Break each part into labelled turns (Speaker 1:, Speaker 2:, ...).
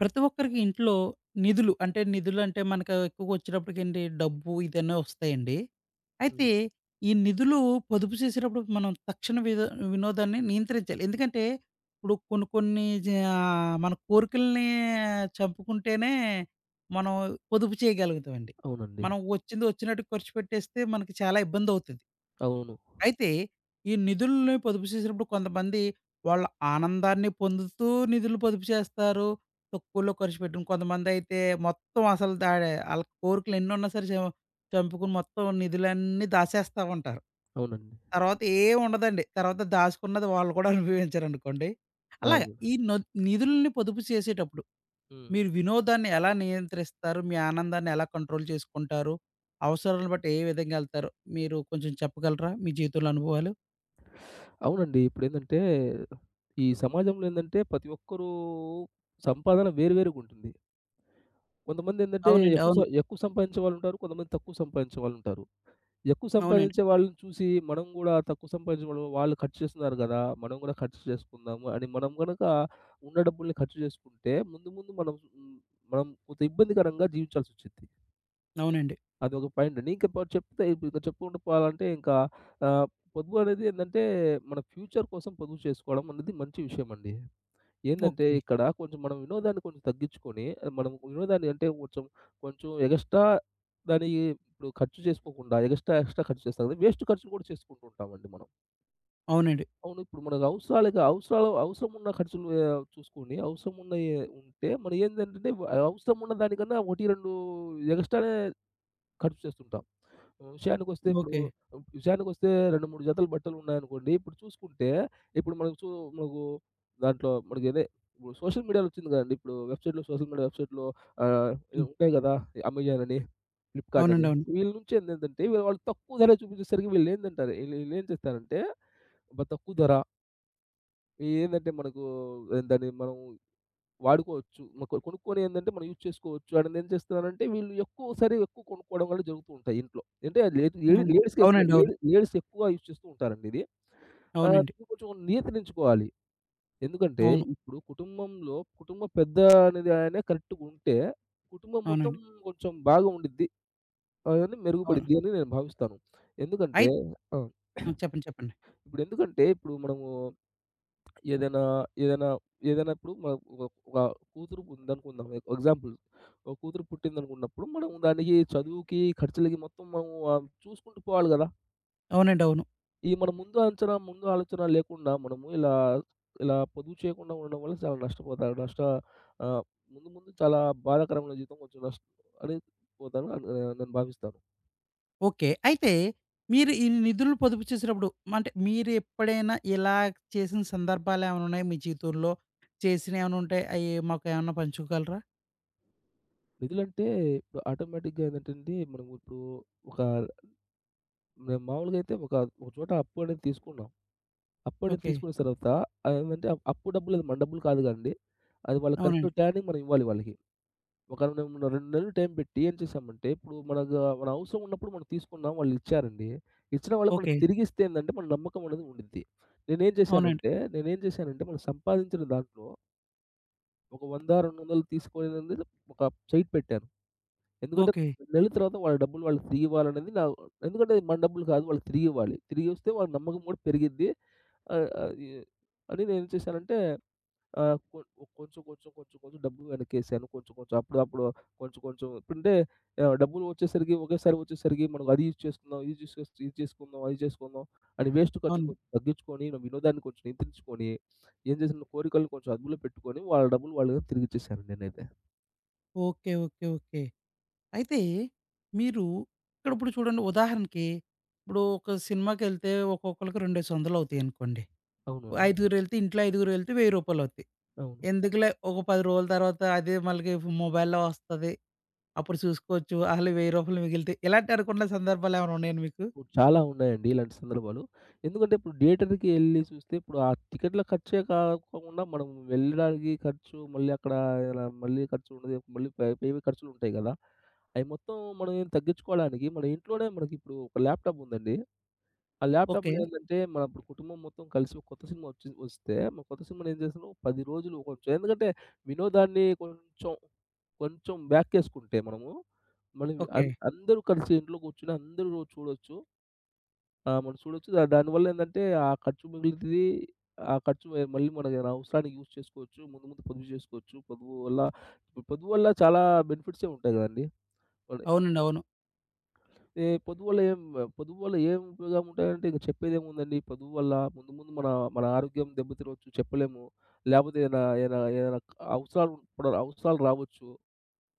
Speaker 1: ప్రతి ఒక్కరికి ఇంట్లో నిధులు అంటే మనకు ఎక్కువగా వచ్చినప్పటికేంటి డబ్బు ఇదన్నీ వస్తాయండి. అయితే
Speaker 2: హ్మ్.
Speaker 1: ఈ నిధులు పొదుపు చేసేటప్పుడు మనం తక్షణ విద వినోదాన్ని నియంత్రించాలి. ఎందుకంటే ఇప్పుడు కొన్ని కొన్ని జ ఆహ్, మన కోరికల్ని చంపుకుంటేనే మనం పొదుపు చేయగలుగుతామండి.
Speaker 2: అవునండి.
Speaker 1: మనం వచ్చింది వచ్చినట్టు ఖర్చు పెట్టేస్తే మనకి చాలా ఇబ్బందవుతది.
Speaker 2: అవును.
Speaker 1: అయితే ఈ నిధుల్ని పొదుపు చేసినప్పుడు కొంతమంది వాళ్ళ ఆనందాన్ని పొందుతూ నిధులు పొదుపు చేస్తారు. తక్కువలో ఖర్చు పెట్టడం. కొంతమందైతే మొత్తం అసలు దా ఆళ్ళ కోరికలు ఎన్నున్నా సరే చంపుకుని మొత్తం నిధులన్నీ దాచేస్తా ఉంటారు.
Speaker 2: అవునండి.
Speaker 1: తర్వాత ఏం ఉండదండి. తర్వాత దాచుకున్నది వాళ్ళు కూడా అనుభవించరనుకోండి. అలాగా
Speaker 2: అవును.
Speaker 1: ఈ న నిధుల్ని పొదుపు చేసేటప్పుడు
Speaker 2: హ్మ్.
Speaker 1: మీరు వినోదాన్ని ఎలా నియంత్రిస్తారు? మీ ఆనందాన్ని ఎలా కంట్రోల్ చేసుకుంటారు? అవసరాలను బట్టి ఏ విధంగా ఎళ్తారు? మీరు కొంచెం చెప్పగలరా? మీ జీవితంలో అనుభవాలు?
Speaker 2: అవునండి. ఇప్పుడేందంటే ఈ సమాజంలో ఏందంటే ప్రతి ఒక్కరు సంపాదన వేరు వేరుగుంటుంది. కొంతమందేందంటే
Speaker 1: అవునండి. అవును.
Speaker 2: ఎక్కువ సంపాదించే వాళ్ళుంటారు. కొంతమంది తక్కువ సంపాదించే వాళ్ళుంటారు. ఎక్కువ
Speaker 1: అవునండి.
Speaker 2: సంపాదించే వాళ్ళని చూసి మనం గూడా తక్కువ సంపాదించే వాళ్ళు వాళ్ళు ఖర్చు చేస్తున్నారు గదా! మనం గూడా ఖర్చు చేసుకుందాము అని మనం గనక ఉన్న డబ్బుల్ని ఖర్చు చేసుకుంటే ముందు ముందు మనం కొంత ఇబ్బందికరంగా జీవించాల్సొచ్చిద్ది.
Speaker 1: అవునండి.
Speaker 2: అదొక పాయింటండి. ఇంకా ప చెప్తే ఇప్పుడు ఇంకా చెప్పుకుంటూ పోవాలంటే ఆహ్, పొదుపు అనేది ఏందంటే, మన ఫ్యూచర్ కోసం పొదుపు చేసుకోవడం అనేది మంచి విషయమండి. ఏందంటే
Speaker 1: ఓకే.
Speaker 2: ఇక్కడ కొంచెం మనం వినోదాన్ని కొంచెం తగ్గించుకొని, మనం వినోదాన్ని అంటే కొంచెం, కొంచెం ఎగస్ట్రా దాని ఇప్పుడు ఖర్చు చేసుకోకుండా ఎక్స్‌ట్రా ఖర్చు చేస్తాం కదా! వేస్ట్ ఖర్చులు కూడా చేసుకుంటూ ఉంటామండి మనం.
Speaker 1: అవునండి.
Speaker 2: అవును ఇప్పుడు మనకు అవసరాలకి అవసరాలు అవసరం ఉన్న ఖర్చులు చూసుకొని అవసరం ఉన్నయి ఉంటే, మనం ఏందంటే అవసరం ఉన్న దానికన్నా 1, 2 ఎగస్ట్రానే ఖర్చు చేస్తుంటాం. హ్మ్.
Speaker 1: ఓకే.
Speaker 2: విషయానికొస్తే 2, 3 జతలు బట్టలున్నాయనుకోండి, ఇప్పుడు చూసుకుంటే ఇప్పుడు మనకు దాంట్లో మనకదే ఇప్పుడు సోషల్ మీడియాలో వచ్చింది కదండీ. ఇప్పుడు వెబ్‌సైట్‌లో సోషల్ మీడియా వెబ్‌సైట్‌లో ఆహ్,
Speaker 1: హ్మ్.
Speaker 2: ఉంటాయి కదా! అమెజాన్ అని, ఫ్లిప్‌కార్ట్ అని.
Speaker 1: అవునండి. అవును.
Speaker 2: వీళ్ళ నుంచి ఏందేంటంటే వీళ్ళు వాళ్ళు తక్కువ ధర చూపించేసరికి వీళ్ళేందంటారు వీళ్ళేం చేస్తారంటే, అబ్బా! తక్కువ ధర ఏందంటే మనకు దాన్ని మనం వాడుకోవచ్చు. మ కొ కొనుక్కొని ఏందంటే మనం యూజ్ చేసుకోవచ్చు. అండ్ ఏం చేస్తున్నారంటే వీళ్ళు ఎక్కువ కొనుక్కోవడం వల్ల జరుగుతూ ఉంటాయి ఇంట్లో. అంటే లేడ్ లేడీ
Speaker 1: అవును.
Speaker 2: లేడీస్‌కి
Speaker 1: అవునండి. అవును.
Speaker 2: లేడీ లేడీస్ ఎక్కువ యూజ్ చేస్తూ ఉంటారండి ఇది. ఆహ్,
Speaker 1: అవునండి.
Speaker 2: కొంచెం నియంత్రించుకోవాలి. ఎందుకంటే
Speaker 1: అవును.
Speaker 2: ఇప్పుడు కుటుంబంలో కుటుంబ పెద్ద అనేది ఆయన కరెక్ట్‌గా ఉంటే కుటుంబం మొత్తం
Speaker 1: అవునండి.
Speaker 2: కొంచెం బాగా ఉండిద్ది. అవన్నీ
Speaker 1: అవును.
Speaker 2: మెరుగుపడిద్ది అని నేను భావిస్తాను.
Speaker 1: అయి
Speaker 2: ఎందుకంటే ఆ!
Speaker 1: ఆ! చెప్పండి. చెప్పండి.
Speaker 2: ఇప్పుడు ఎందుకంటే ఇప్పుడు మనము ఏదైనా, ఏదైనా, ఏదైనా ఇప్పుడు మ ఒక ఒక కూతురు ఉందనుకుందాం. ఎగ్జాంపుల్, ఒక కూతురు పుట్టిందనుకున్నప్పుడు మనం దానికి చదువుకి, ఖర్చులకి మొత్తం మనము చూసుకుంటూ పోవాలి గదా!
Speaker 1: అవునండి. అవును.
Speaker 2: ఈ మన ముందు అంచనా, ముందు ఆలోచన లేకుండా మనము ఇలా, ఇలా పొదుపు చేయకుండా ఉండడం వల్ల చాలా నష్టపోతారు. ఆహ్, ముందు ముందు చాలా బాధాకరమైన జీవితం కొంచెం నష్ట అని పోతాను అని నేను భావిస్తాను.
Speaker 1: ఓకే. అయితే మీరు ఈ నిధులు పొదుపు చేసినప్పుడు అంటే మీరు ఎప్పుడైనా ఇలా చేసిన సందర్భాలేమైనా ఉన్నాయా మీ జీవితంలో? చేసినయేమైనా ఉంటే అయి మాకేమన్నా పంచుకోగలరా?
Speaker 2: నిధులంటే ఇప్పుడు ఆటోమేటిక్‌గా ఏందంటే అండి, మనము ఇప్పుడు ఒక మేము మామూలుగా అయితే ఒక ఒక చోట అప్పు అనేది తీసుకున్నాం. అప్పుడే
Speaker 1: ఓకే.
Speaker 2: తీసుకున్న తర్వాత అదేంటంటే అప్పు డబ్బులు అది మన డబ్బులు కాదు కదండీ. అది వాళ్ళకి కరెక్ట్
Speaker 1: అవునండి.
Speaker 2: టైంకి మనం ఇవ్వాలి వాళ్ళకి. ఒక 2 నెలలు టైం పెట్టి ఏం చేశామంటే ఇప్పుడు మనకు మన అవసరం ఉన్నప్పుడు మనం తీసుకున్నాం. వాళ్ళు ఇచ్చారండి. ఇచ్చిన వాళ్ళు మనకు
Speaker 1: ఓకే.
Speaker 2: తిరిగిస్తే ఏందంటే మన నమ్మకం అనేది ఉండిద్ది.
Speaker 1: అవునండి.
Speaker 2: నేనేం చేశానంటే మనం సంపాదించిన దాంట్లో ఒక 100, 200 తీసుకోనేది ఒక సైడ్ పెట్టాను. ఎందుకంటే,
Speaker 1: ఓకే.
Speaker 2: 2 నెలల తర్వాత వాళ్ళ డబ్బులు వాళ్ళకి తిరిగివ్వాలనేది నా ఎందుకంటే, మన డబ్బులు కాదు వాళ్ళకి తిరిగివ్వాలి. తిరిగిస్తే వాళ్ళ నమ్మకం కూడా పెరిగిద్ది. ఆహ్, ఆహ్, ఈ అని నేనేం చేశానంటే, ఆహ్, కొ కొంచెం డబ్బులు వెనక్కేసాను. కొంచెం, కొంచెం అప్పుడు కొంచెం, కొంచెం ఎప్పుడంటే డబ్బులు వచ్చేసరికి ఒకేసారి వచ్చేసరికి మనం అది యూజ్ చేసుకుందాం, ఇది చేసుకుందాం, అది చేసుకుందాం అని వేస్ట్ ఖర్చులు
Speaker 1: అవును.
Speaker 2: కొంచెం తగ్గించుకొని, నా వినోదాన్ని కొంచెం నియంత్రించుకొని, ఏం చేశాను, కోరికలను కొంచెం అదుపులో పెట్టుకొని, వాళ్ళ డబ్బులు వాళ్ళకి తిరిగిచ్చేసాను నేనైతే.
Speaker 1: ఓకే. ఓకే. ఓకే. అయితే మీరు ఇక్కడిప్పుడు చూడండి ఉదాహరణకి ఇప్పుడు ఒక సినిమాకెళ్తే ఒక్కొక్కళ్ళకి 2,500 అవుతాయనుకోండి.
Speaker 2: అవునండి.
Speaker 1: ఐదుగురు వెళ్తే ఇంట్లో ఐదుగురు వెళ్తే రూ. 1000 అవుద్ది.
Speaker 2: అవును.
Speaker 1: ఎందుకులే ఒక 10 రోజుల తర్వాత అదే మళ్ళీ మొబైల్‌లో వస్తది. అప్పుడు చూసుకోవచ్చు. ఆళ్ళు రూ. 1000 మిగిలితే ఇలాంటి అనుకున్న సందర్భాలు ఏమైనా ఉన్నాయండి మీకు?
Speaker 2: ఇప్పుడు చాలా ఉన్నాయండి ఇలాంటి సందర్భాలు. ఎందుకంటే ఇప్పుడు థియేటర్‌కి ఎళ్లి చూస్తే ఇప్పుడు ఆ టికెట్‌ల ఖర్చే కాకుండా మనం వెళ్ళడానికి ఖర్చు, మళ్ళీ అక్కడ ఇలా మళ్ళీ ఖర్చు ఉండదు. మళ్ళీ పేవి ఖర్చులు ఉంటాయి గదా! అయి మొత్తం మనం ఏం తగ్గించుకోవడానికి మన ఇంట్లోనే మనకిప్పుడు ఒక ల్యాప్‌టాప్ ఉందండి. ఆ
Speaker 1: ఓకే.
Speaker 2: ల్యాప్‌టాప్‌లో ఏందంటే మన ఇప్పుడు కుటుంబం మొత్తం కలిసి ఒక కొత్త సినిమా వస్తే మనం కొత్త సినిమాని ఏం చేస్తున్నాం 10 రోజులు కొంచెం ఎందుకంటే వినోదాన్ని కొంచెం బ్యాక్కేసుకుంటే మనము మనం
Speaker 1: ఓకే.
Speaker 2: అందరూ కలిసి ఇంట్లో కూర్చొని అందరూ చూడొచ్చు. ఆ! మనం చూడొచ్చు. దానివల్ల ఏందంటే, ఆ ఖర్చు మిగులుతది. ఆ ఖర్చు మళ్ళీ మన అవసరానికి యూజ్ చేసుకోవచ్చు. ముందు ముందు పొదుపు చేసుకోవచ్చు. పొదుపు వల్ల చాలా బెనిఫిట్సే ఉంటాయి గదండీ! మన
Speaker 1: అవునండి. అవును.
Speaker 2: ఏ పొదుపు వల్ల ఏం పొదుపు వల్ల ఏం ఉపయోగం ఉంటాయంటే, ఇంక చెప్పేదేముందండి. పొదుపు వల్ల ముందు ముందు మన మన ఆరోగ్యం దెబ్బతినొచ్చు చెప్పలేము. లేపోతే ఏదైనా ఏదైనా ఏదైనా అవసరాలు రావచ్చు.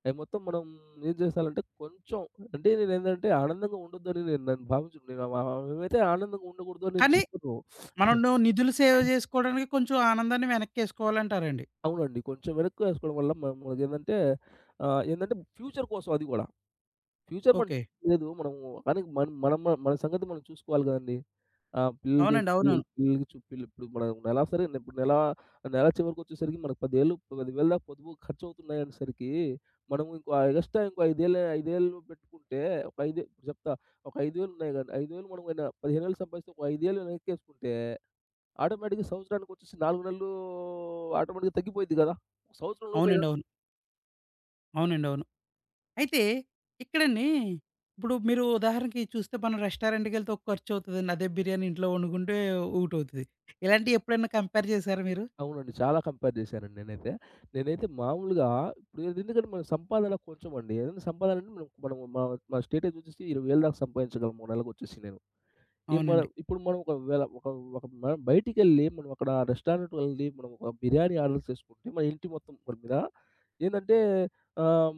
Speaker 2: అయి మొత్తం మనం ఏం చేసాలంటే కొంచెం అంటే నేనేందంటే ఆనందంగా ఉండొద్దని నన్ను భావించను. నేను మ మేమైతే ఆనందంగా ఉండకూడదని నేను
Speaker 1: కానీ
Speaker 2: చెప్పను.
Speaker 1: మనం నిధులు సేవ్ చేసుకోవడానికి కొంచెం ఆనందాన్ని వెనక్కేసుకోవాలంటారండి.
Speaker 2: అవునండి. కొంచెం వెనక్కి వేసుకోవడం వల్ల మనకేందంటే ఏందంటే ఫ్యూచర్ కోసం అది గూడా. ఫ్యూచర్ మనం
Speaker 1: ఓకే.
Speaker 2: లేదు. మనము కానీ మన సంగతి మనం చూసుకోవాలి గదండీ. పిల్లలకి
Speaker 1: అవునండి. అవునవును.
Speaker 2: పిల్లలు పిల్లలకి చు పిల్ల ఇప్పుడు మనం నెలా సరే ఇప్పుడు నెల చివరికొచ్చేసరికి మనకు 10,000 దాకా పొదుపు ఖర్చవుతున్నాయనేసరికి మనము ఇంకో ఎగస్ట్రా ఇంకో 5,000 పెట్టుకుంటే ఒక ఐదే ఇప్పుడు చెప్తా ఒక 5,000 ఉన్నాయి గదండీ. 5,000 మనం ఏమైనా 15,000 సంపాదిస్తే ఒక 5,000 వెనక్కేసుకుంటే ఆటోమేటిక్‌గా సంవత్సరానికొచ్చేసి 4 నెలలు ఆటోమేటిక్‌గా తగ్గిపోయిద్ది గదా! సంవత్సరం లోపే.
Speaker 1: అవునండి. అవును. అవునండి. అవును. అయితే ఇక్కడండి ఇప్పుడు మీరు ఉదాహరణకి చూస్తే మనం రెస్టారెంట్‌కెళ్తే ఒక ఖర్చు అవుతదండి. అదే బిర్యానీ ఇంట్లో వండుకుంటే ఒకటవుతది. ఇలాంటివి ఎప్పుడైనా కంపేర్ చేసారా మీరు?
Speaker 2: అవునండి. చాలా కంపేర్ చేశానండి నేనైతే. నేనైతే మామూలుగా ఇప్పుడు ఇది ఎందుకంటే మన సంపాదన కొంచెం అండి. ఏదైనా సంపాదన అంటే మనం మనం మన మన స్టేటస్ వచ్చేసి 20,000 దాకా సంపాదించగలం ఒక నెలకొచ్చేసి నేను. ఈ మనం
Speaker 1: అవునండి.
Speaker 2: ఇప్పుడు మనం ఒకవేళ ఒక ఒక మనం బయటికెళ్ళి మనం అక్కడ రెస్టారెంట్‌కి వెళ్లి మనం ఒక బిర్యానీ ఆర్డర్ చేసుకుంటే మన ఇంటి మొత్తం మన మీద ఏందంటే ఆహ్,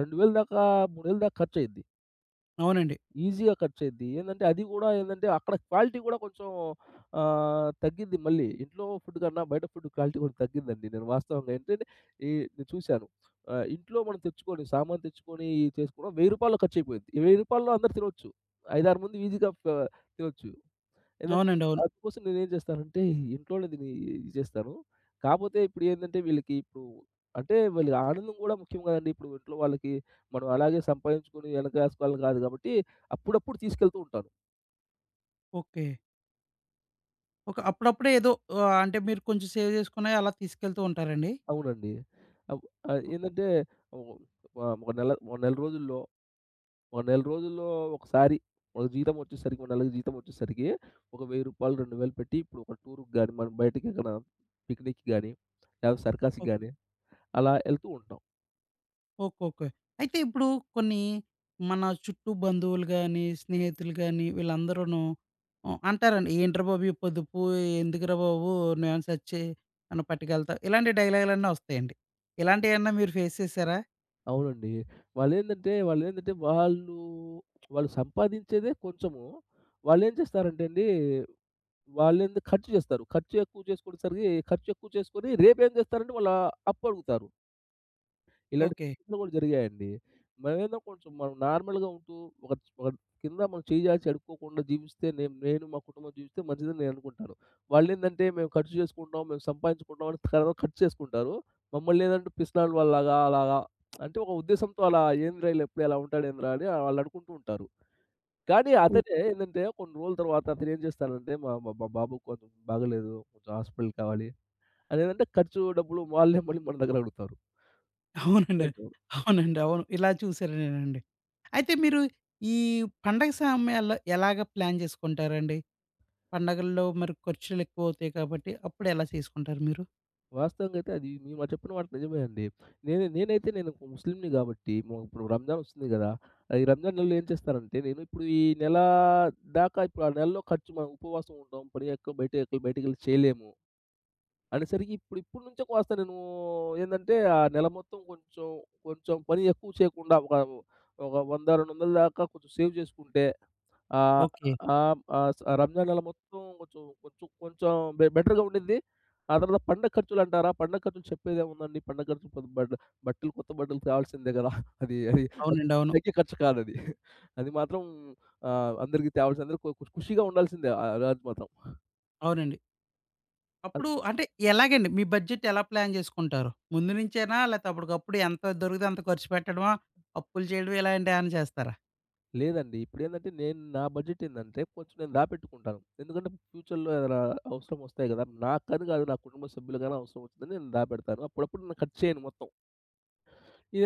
Speaker 2: 2000 దాకా 3000 దాకా ఖర్చయిద్ది.
Speaker 1: అవునండి.
Speaker 2: ఈజీగా ఖర్చయిద్ది. ఏందంటే అది గూడా ఏందంటే అక్కడ క్వాలిటీ గూడా కొంచెం తగ్గిద్ది మళ్ళీ. ఇంట్లో ఫుడ్ కన్నా బయట ఫుడ్ క్వాలిటీ కొంచెం తగ్గిద్దండి. నేను వాస్తవంగా ఏంటంటే ఈ నేను చూశాను. ఇంట్లో మనం తెచ్చుకొని సామాను తెచ్చుకొని చేసుకోవడం రూ. 1000 ఖర్చయిపోయిద్ది. రూ. 1000 అందరూ తినొచ్చు. 5, 6 మంది ఈజీగా తినొచ్చు. ఏందంటే
Speaker 1: అవునండి. అవును.
Speaker 2: అందుకోసం నేనేం చేస్తానంటే, ఇంట్లోనే దీన్ని ఇది చేస్తాను. కాపోతే ఇప్పుడు ఏందంటే వీళ్ళకి ఇప్పుడు అంటే వీళ్ళ ఆనందం గూడా ముఖ్యం గదండీ! ఇప్పుడు ఇంట్లో వాళ్ళకి మనం అలాగే సంపాదించుకొని వెనకేసుకోవాలని కాదు గాబట్టి, అప్పుడప్పుడు తీసుకెళ్తూ ఉంటాను.
Speaker 1: ఓకే. ఓకే. అప్పుడప్పుడే ఏదో అంటే మీరు కొంచెం సేవ్ చేసుకున్నయి అలా తీసుకెళ్తూ ఉంటారండి?
Speaker 2: అవునండి. అవ్
Speaker 1: ఓ
Speaker 2: ఏందంటే ఓహ్, ఆహ్, ఒక నెల ఒక నెల రోజుల్లో, ఒక నెల రోజుల్లో ఒకసారి ఒక నెలకు జీతం వచ్చేసరికి ఒక రూ. 1000, రూ. 2000 పెట్టి ఇప్పుడు ఒక టూర్‌కి గాని, మనం బయటకి ఎక్కడైనా పిక్నిక్‌కి గాని, లేదా సర్కస్‌కి
Speaker 1: ఓకే.
Speaker 2: గాని అలా ఎళ్తూ ఉంటాం.
Speaker 1: ఓకే. ఓకే. అయితే ఇప్పుడు కొన్ని మన చుట్టూ బంధువులు గాని, స్నేహితులు గాని వీళ్ళందరూను అంటారండి. "ఏంట్రా బాబు ఈ పొదుపు ఎందుకురా బాబు నేను సచ్చే నన్ను పట్టుకెళ్తా." ఇలాంటి డైలాగులన్నీ వస్తాయండి. ఇలాంటియేమన్నా మీరు ఫేస్ చేసారా?
Speaker 2: అవునండి. వాళ్ళేందంటే, వాళ్ళేందంటే వాళ్ళు, వాళ్ళు సంపాదించేదే కొంచెము. వాళ్ళేం చేస్తారంటే అండి, వాళ్ళేంది ఖర్చు చేస్తారు. ఖర్చు ఎక్కువ చేసుకునేసరికి, ఖర్చు ఎక్కువ చేసుకొని రేపేం చేస్తారంటే, వాళ్ళ అప్పడుగుతారు. ఇలాంటి
Speaker 1: ఓకే.
Speaker 2: సంఘటనలు గూడా జరిగాయండి. మనమేందో కొంచెం మనం నార్మల్‌గా ఉంటూ ఒక ఒక కింద మనం చేయి చాచి అడుక్కోకుండా జీవిస్తే నేను నేను మా కుటుంబం జీవిస్తే మంచిదని నేననుకుంటాను. వాళ్ళేందంటే మేము ఖర్చు చేసుకుంటాం, మేము సంపాదించుకుంటాం అని తర్వాత ఖర్చు చేసుకుంటారు. మమ్మల్నేందంటే పిసినారి వాళ్ళలాగా అలాగా అంటే ఒక ఉద్దేశంతో అలా ఏందిరా ఈళ్ళెప్పుడు ఇలా ఉంటాడేందిరా అని వాళ్ళు అనుకుంటూ ఉంటారు. కానీ అతనే ఏందంటే కొన్ని రోజుల తర్వాత అతనేం చేస్తాడంటే మా మా మా బాబుకి కొంచెం బాగాలేదు. కొంచెం హాస్పిటల్‌కి కావాలి. అదేంటంటే ఖర్చు డబ్బులు వాళ్ళే మళ్ళీ మన దగ్గర అడుగుతారు.
Speaker 1: అవునండి. అవునండి. అవును. ఇలా చూసాను నేనండి. అయితే మీరు ఈ పండగ సమయాల్లో ఎలాగ ప్లాన్ చేసుకుంటారండి? పండగల్లో మరి ఖర్చులెక్కువవుతాయి కాబట్టి అప్పుడు ఎలా చేసుకుంటారు మీరు?
Speaker 2: వాస్తవంగా అయితే అది మీరు చెప్పిన మాట నిజమే అండి. నేను ఒక ముస్లింని గాబట్టి, ఇప్పుడు రంజాన్ ఒస్తుంది గదా! ఈ రంజాన్ నెలలో ఏం చేస్తానంటే, నేను ఇప్పుడు ఈ నెలా దాకా ఇప్పుడు ఆ నెలలో ఖర్చు మనం ఉపవాసం ఉంటాం. పడి ఎక్క బయట ఎక్కడ బయటికెళ్ళి చేయలేము. అనేసరికి ఇప్పుడు ఇప్పుడు నుంచే కాస్త నేను ఏందంటే, ఆ నెల మొత్తం కొంచెం, కొంచెం పని ఎక్కువ చేయకుండా ఒక ఒక 100, 200 దాకా కొంచెం సేవ్ చేసుకుంటే ఆహ్,
Speaker 1: ఓకే.
Speaker 2: ఆహ్, ఆహ్, స ఆ రంజాన్ నెల మొత్తం కొంచెం బెటర్‌గా ఉండిద్ది. ఆ తర్వాత పండగ ఖర్చులంటారా? పండగ ఖర్చులు చెప్పేదేముందండి? పండగ ఖర్చులు కొత్త బట్ట బట్టలు, కొత్త బట్టలు తేవాల్సిందే కదా! అది అది అది
Speaker 1: అవునండి. అవును.
Speaker 2: తగ్గే ఖర్చు కాదది. అది అది మాత్రం అందరికీ తేవాల్సిందే అందరూ ఖుషిగా ఉండాల్సిందే ఆ రోజు మాత్రం.
Speaker 1: అవునండి. అప్పుడు అంటే ఎలాగండి? మీ బడ్జెట్ ఎలా ప్లాన్ చేసుకుంటారు? ముందు నుంచేనా? లేతే అప్పటికప్పుడు ఎంత దొరికితే అంత ఖర్చు పెట్టడమా? అప్పులు చేయడం ఇలాంటియేమన్నా చేస్తారా?
Speaker 2: లేదండి. ఇప్పుడేందంటే నేను నా బడ్జెట్ ఏందంటే కొంచెం నేను దాపెట్టుకుంటాను. ఎందుకంటే ఫ్యూచర్‌లో ఏదైనా అవసరమొస్తాయి గదా! నాకని గాదు నా కుటుంబ సభ్యులకైనా అవసరం వచ్చిందని నేను దాపెడతాను. అప్పుడప్పుడు నేను ఖర్చు చేయను మొత్తం. ఇగ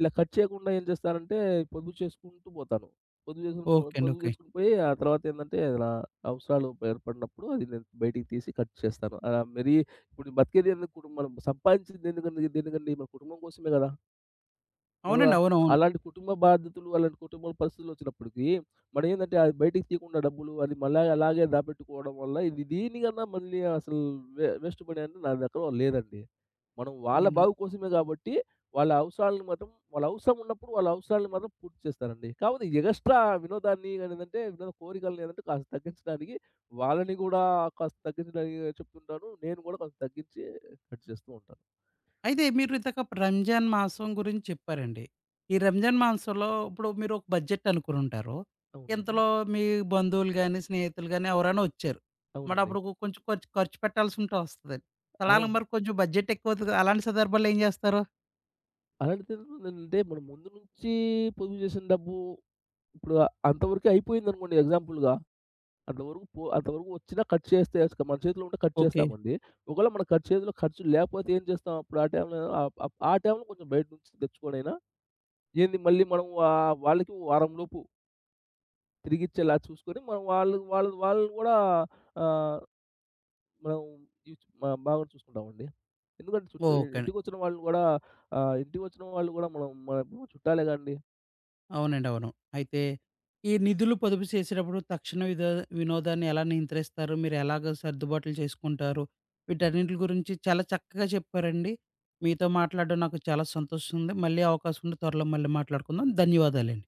Speaker 2: ఇలా ఖర్చు చేయకుండా ఏం చేస్తానంటే పొదుపు చేసుకుంటూ పోతాను.
Speaker 1: ఓకే అండి.
Speaker 2: పొదుపు
Speaker 1: ఓకే.
Speaker 2: చేసుకుంటూ పోయి ఆ తర్వాత ఏందంటే ఏదైనా అవసరాలు ఏర్పడినప్పుడు అది నేను బయటికి తీసి ఖర్చు చేస్తాను. మరీ ఇప్పుడు బతికేదెందుకు కుటుంబం మనం సంపాదించిందెందుకండి దేనికండి మన కుటుంబం కోసమే గదా! మనం
Speaker 1: అవునండి. అవునవును. అవును.
Speaker 2: అలాంటి కుటుంబ బాధ్యతలు, అలాంటి కుటుంబ పరిస్థితులొచ్చినప్పటికి, మనమేందంటే అది బయటికి తీయకుండా డబ్బులు అది మళ్ళా అలాగే దాపెట్టుకోవడం వల్ల, ఇది దీనికన్నా మళ్ళీ అసలు వేస్ట్ మనీ అంటే నా దగ్గర లేదండి. మనం వాళ్ళ
Speaker 1: అవును.
Speaker 2: బాగు కోసమే గాబట్టి, వాళ్ళ అవసరాలను మాత్రం వాళ్ళ అవసరం ఉన్నప్పుడు వాళ్ళ అవసరాలను మాత్రం పూర్తి చేస్తారండి. కాకపోతే ఎగస్ట్రా వినోదాన్ని గానేదంటే వినోద కోరికలనేదంటే కాస్త తగ్గించడానికి, వాళ్ళని గూడా కాస్త తగ్గించడానికి చెప్తుంటాను. నేను గూడా కొంచెం తగ్గించి కట్ చేస్తూ ఉంటాను.
Speaker 1: అయితే మీరు ఇందాక రంజాన్ మాసం గురించి చెప్పారండి. ఈ రంజాన్ మాసంలో ఇప్పుడు మీరు ఒక బడ్జెట్ అనుకుని ఉంటారు.
Speaker 2: అవును.
Speaker 1: ఇంతలో మీ బంధువులు గాని, స్నేహితులు గాని ఎవరైనా వచ్చారు. మరి
Speaker 2: అవునండి.
Speaker 1: అప్పుడు కొంచెం ఖర్చు ఖర్చు పెట్టాల్సి ఉంటే వస్తదండి.
Speaker 2: అవు
Speaker 1: సడెన్‌గా మరి కొంచెం బడ్జెట్ ఎక్కువ అవుతది కదా! అలాంటి సందర్భాల్లో ఏం చేస్తారు?
Speaker 2: అలాంటి తిరుగుతుందంటే మనం ముందు నుంచి పొదుపు చేసిన డబ్బు ఇప్పుడు అంతవరకే అయిపోయిందనుకోండి ఎగ్జాంపుల్‌గా. అంతవరకు వచ్చినా ఖర్చు చేస్తే ఇక మన చేతిలో ఉంటే ఖర్చు
Speaker 1: ఓకే.
Speaker 2: చేస్తామండి. ఒకవేళ మన ఖర్చు చేతిలో ఖర్చు లేకపోతే ఏం చేస్తాం? అప్పుడు ఆ టైంలో ఆహ్, ఆహ్, ఆ టైంలో కొంచెం బయట నుంచి తెచ్చుకొనైనా ఏంది మళ్ళీ మనం వాళ్ళకి వారం లోపు తిరిగిచ్చేలా చూసుకొని మనం వాళ్ళు వాళ్ళు వాళ్ళని కూడా ఆహ్, మనం ఇచ్ బా బాగా చూసుకుంటామండి. ఎందుకంటే చుట్టూ
Speaker 1: ఓకే.
Speaker 2: ఇంటికొచ్చిన వాళ్ళని కూడా ఇంటికొచ్చిన వాళ్ళు కూడా మనం మన చుట్టాలే కదండీ!
Speaker 1: అవునండి. అవును. అయితే ఈ నిధులు పొదుపు చేసేటప్పుడు తక్షణ విదో వినోదాన్ని ఎలా నియంత్రిస్తారు? మీరెలాగ సర్దుబాట్లు చేసుకుంటారు? వీటన్నిటి గురించి చాలా చక్కగా చెప్పారండి. మీతో మాట్లాడడం నాకు చాలా సంతోషంగా ఉంది. మళ్ళీ అవకాశం ఉంటే త్వరలో మళ్ళీ మాట్లాడుకుందాం. ధన్యవాదాలండి.